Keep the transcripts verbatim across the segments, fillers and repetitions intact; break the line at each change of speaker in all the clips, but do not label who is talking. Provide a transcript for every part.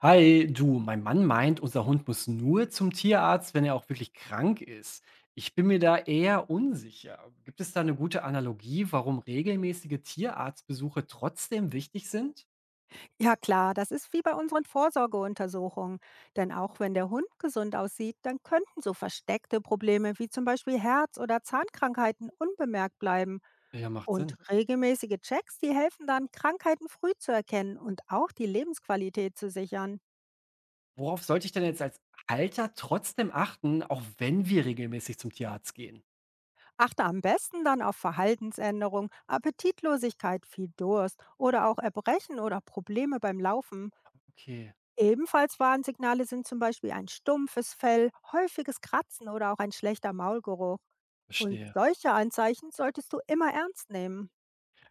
Hi, du, mein Mann meint, unser Hund muss nur zum Tierarzt, wenn er auch wirklich krank ist. Ich bin mir da eher unsicher. Gibt es da eine gute Analogie, warum regelmäßige Tierarztbesuche trotzdem wichtig sind?
Ja klar, das ist wie bei unseren Vorsorgeuntersuchungen. Denn auch wenn der Hund gesund aussieht, dann könnten so versteckte Probleme wie zum Beispiel Herz- oder Zahnkrankheiten unbemerkt bleiben.
Ja, macht
Und
Sinn.
regelmäßige Checks, die helfen dann, Krankheiten früh zu erkennen und auch die Lebensqualität zu sichern.
Worauf sollte ich denn jetzt als Halter trotzdem achten, auch wenn wir regelmäßig zum Tierarzt gehen?
Achte am besten dann auf Verhaltensänderungen, Appetitlosigkeit, viel Durst oder auch Erbrechen oder Probleme beim Laufen.
Okay,
Ebenfalls Warnsignale sind zum Beispiel ein stumpfes Fell, häufiges Kratzen oder auch ein schlechter Maulgeruch. Und
verstehe.
solche Anzeichen solltest du immer ernst nehmen.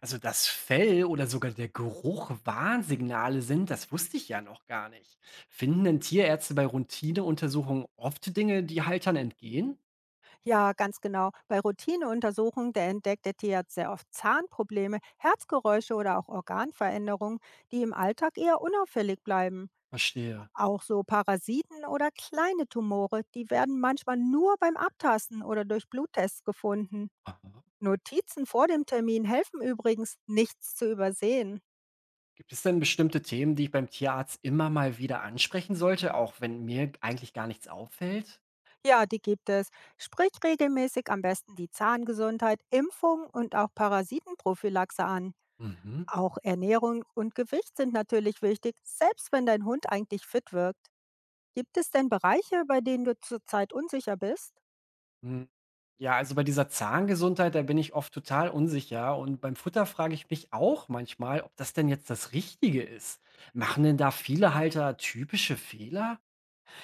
Also, dass Fell oder sogar der Geruch Warnsignale sind, das wusste ich ja noch gar nicht. Finden denn Tierärzte bei Routineuntersuchungen oft Dinge, die Haltern entgehen?
Ja, ganz genau. Bei Routineuntersuchungen, der entdeckt der Tierarzt sehr oft Zahnprobleme, Herzgeräusche oder auch Organveränderungen, die im Alltag eher unauffällig bleiben.
Verstehe.
Auch so Parasiten oder kleine Tumore, die werden manchmal nur beim Abtasten oder durch Bluttests gefunden.
Aha.
Notizen vor dem Termin helfen übrigens, nichts zu übersehen.
Gibt es denn bestimmte Themen, die ich beim Tierarzt immer mal wieder ansprechen sollte, auch wenn mir eigentlich gar nichts auffällt?
Ja, die gibt es. Sprich regelmäßig am besten die Zahngesundheit, Impfung und auch Parasitenprophylaxe an.
Mhm.
Auch Ernährung und Gewicht sind natürlich wichtig, selbst wenn dein Hund eigentlich fit wirkt. Gibt es denn Bereiche, bei denen du zurzeit unsicher bist?
Hm. Ja, also bei dieser Zahngesundheit, da bin ich oft total unsicher. Und beim Futter frage ich mich auch manchmal, ob das denn jetzt das Richtige ist. Machen denn da viele Halter typische Fehler?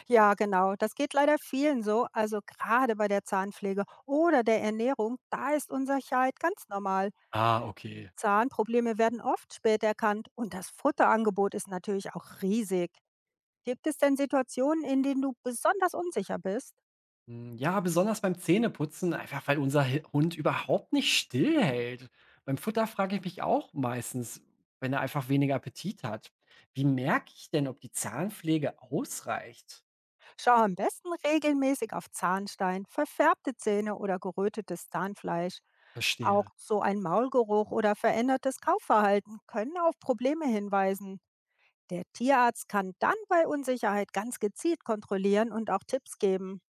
Ja, genau, das geht leider vielen so. Also gerade bei der Zahnpflege oder der Ernährung, da ist Unsicherheit ganz normal.
Ah, okay.
Zahnprobleme werden oft spät erkannt und das Futterangebot ist natürlich auch riesig. Gibt es denn Situationen, in denen du besonders unsicher bist?
Hm, ja, besonders beim Zähneputzen, einfach weil unser Hi- Hund überhaupt nicht stillhält. Beim Futter frage ich mich auch meistens, wenn er einfach weniger Appetit hat. Wie merke ich denn, ob die Zahnpflege ausreicht?
Schau am besten regelmäßig auf Zahnstein, verfärbte Zähne oder gerötetes Zahnfleisch. Auch
Verstehe.
so ein Maulgeruch oder verändertes Kaufverhalten können auf Probleme hinweisen. Der Tierarzt kann dann bei Unsicherheit ganz gezielt kontrollieren und auch Tipps geben.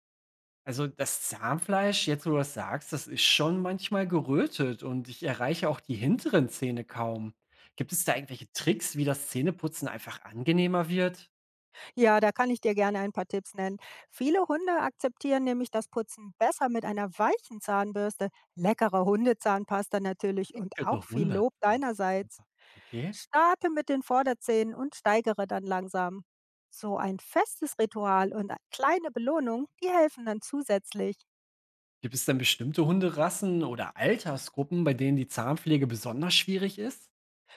Also das Zahnfleisch, jetzt wo du das sagst, das ist schon manchmal gerötet und ich erreiche auch die hinteren Zähne kaum. Gibt es da irgendwelche Tricks, wie das Zähneputzen einfach angenehmer wird?
Ja, da kann ich dir gerne ein paar Tipps nennen. Viele Hunde akzeptieren nämlich das Putzen besser mit einer weichen Zahnbürste, leckerer Hundezahnpasta natürlich
Ich
und
bin
auch viel Lob deinerseits.
okay.
Starte mit den Vorderzähnen und steigere dann langsam. So ein festes Ritual und kleine Belohnung, die helfen dann zusätzlich.
Gibt es denn bestimmte Hunderassen oder Altersgruppen, bei denen die Zahnpflege besonders schwierig ist?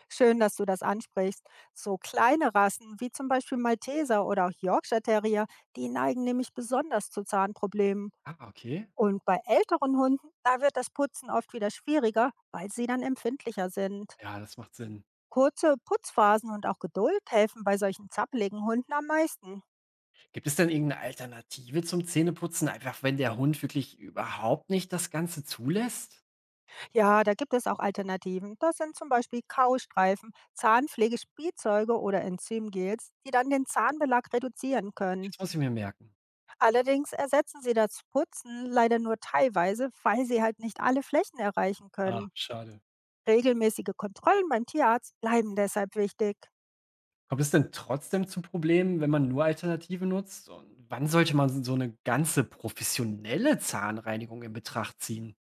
Schön, dass du das ansprichst. So kleine Rassen wie zum Beispiel Malteser oder auch Yorkshire Terrier, die neigen nämlich besonders zu Zahnproblemen.
Ah, okay.
Und bei älteren Hunden, da wird das Putzen oft wieder schwieriger, weil sie dann empfindlicher sind.
Ja, das macht Sinn.
Kurze Putzphasen und auch Geduld helfen bei solchen zappeligen Hunden am meisten.
Gibt es denn irgendeine Alternative zum Zähneputzen, einfach wenn der Hund wirklich überhaupt nicht das Ganze zulässt?
Ja, da gibt es auch Alternativen. Das sind zum Beispiel Kaustreifen, Zahnpflegespielzeuge oder Enzymgels, die dann den Zahnbelag reduzieren können.
Jetzt muss ich mir merken.
Allerdings ersetzen sie das Putzen leider nur teilweise, weil sie halt nicht alle Flächen erreichen
Ah,
können.
schade.
Regelmäßige Kontrollen beim Tierarzt bleiben deshalb wichtig.
Kommt es denn trotzdem zu Problemen, wenn man nur Alternative nutzt? Und wann sollte man so eine ganze professionelle Zahnreinigung in Betracht ziehen?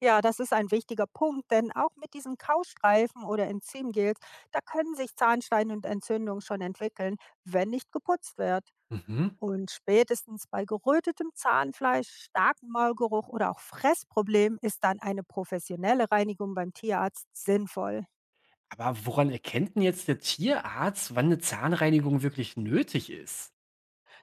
Ja, das ist ein wichtiger Punkt, denn auch mit diesen Kaustreifen oder Enzymgels, da können sich Zahnstein und Entzündungen schon entwickeln, wenn nicht geputzt wird.
Mhm.
Und spätestens bei gerötetem Zahnfleisch, starkem Maulgeruch oder auch Fressproblemen ist dann eine professionelle Reinigung beim Tierarzt sinnvoll.
Aber woran erkennt denn jetzt der Tierarzt, wann eine Zahnreinigung wirklich nötig ist?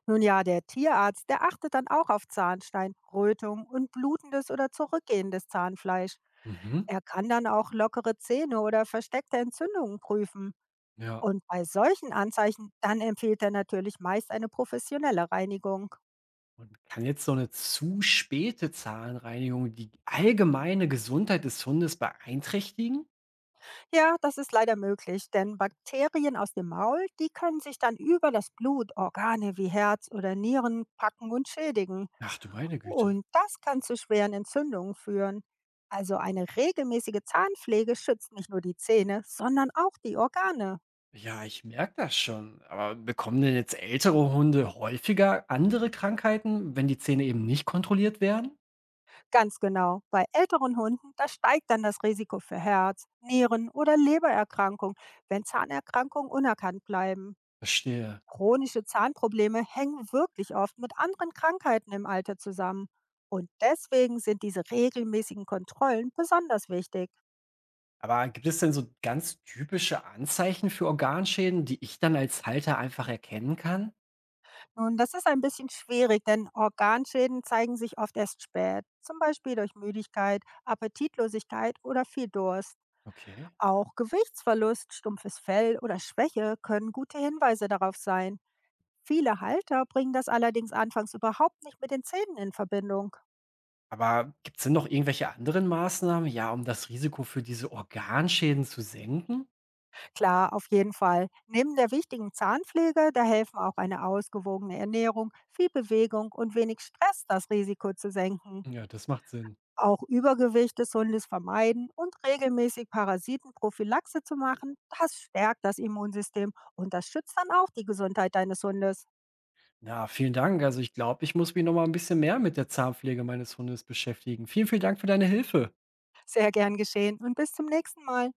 Nun ja, der Tierarzt, der achtet dann auch auf Zahnstein, Rötung und blutendes oder zurückgehendes Zahnfleisch.
Mhm.
Er kann dann auch lockere Zähne oder versteckte Entzündungen prüfen.
Ja.
Und bei solchen Anzeichen, dann empfiehlt er natürlich meist eine professionelle Reinigung.
Und kann jetzt so eine zu späte Zahnreinigung die allgemeine Gesundheit des Hundes beeinträchtigen?
Ja, das ist leider möglich, denn Bakterien aus dem Maul, die können sich dann über das Blut Organe wie Herz oder Nieren packen und schädigen.
Ach du meine Güte.
Und das kann zu schweren Entzündungen führen. Also eine regelmäßige Zahnpflege schützt nicht nur die Zähne, sondern auch die Organe.
Ja, ich merke das schon. Aber bekommen denn jetzt ältere Hunde häufiger andere Krankheiten, wenn die Zähne eben nicht kontrolliert werden?
Ganz genau. Bei älteren Hunden, da steigt dann das Risiko für Herz, Nieren- oder Lebererkrankungen, wenn Zahnerkrankungen unerkannt bleiben.
Verstehe.
Chronische Zahnprobleme hängen wirklich oft mit anderen Krankheiten im Alter zusammen. Und deswegen sind diese regelmäßigen Kontrollen besonders wichtig.
Aber gibt es denn so ganz typische Anzeichen für Organschäden, die ich dann als Halter einfach erkennen kann?
Nun, das ist ein bisschen schwierig, denn Organschäden zeigen sich oft erst spät, zum Beispiel durch Müdigkeit, Appetitlosigkeit oder viel Durst.
Okay.
Auch Gewichtsverlust, stumpfes Fell oder Schwäche können gute Hinweise darauf sein. Viele Halter bringen das allerdings anfangs überhaupt nicht mit den Zähnen in Verbindung.
Aber gibt es denn noch irgendwelche anderen Maßnahmen, ja, um das Risiko für diese Organschäden zu senken?
Klar, auf jeden Fall. Neben der wichtigen Zahnpflege, da helfen auch eine ausgewogene Ernährung, viel Bewegung und wenig Stress, das Risiko zu senken.
Ja, das macht Sinn.
Auch Übergewicht des Hundes vermeiden und regelmäßig Parasitenprophylaxe zu machen, das stärkt das Immunsystem und das schützt dann auch die Gesundheit deines Hundes.
Na, vielen Dank. Also ich glaube, ich muss mich noch mal ein bisschen mehr mit der Zahnpflege meines Hundes beschäftigen. Vielen, vielen Dank für deine Hilfe.
Sehr gern geschehen und bis zum nächsten Mal.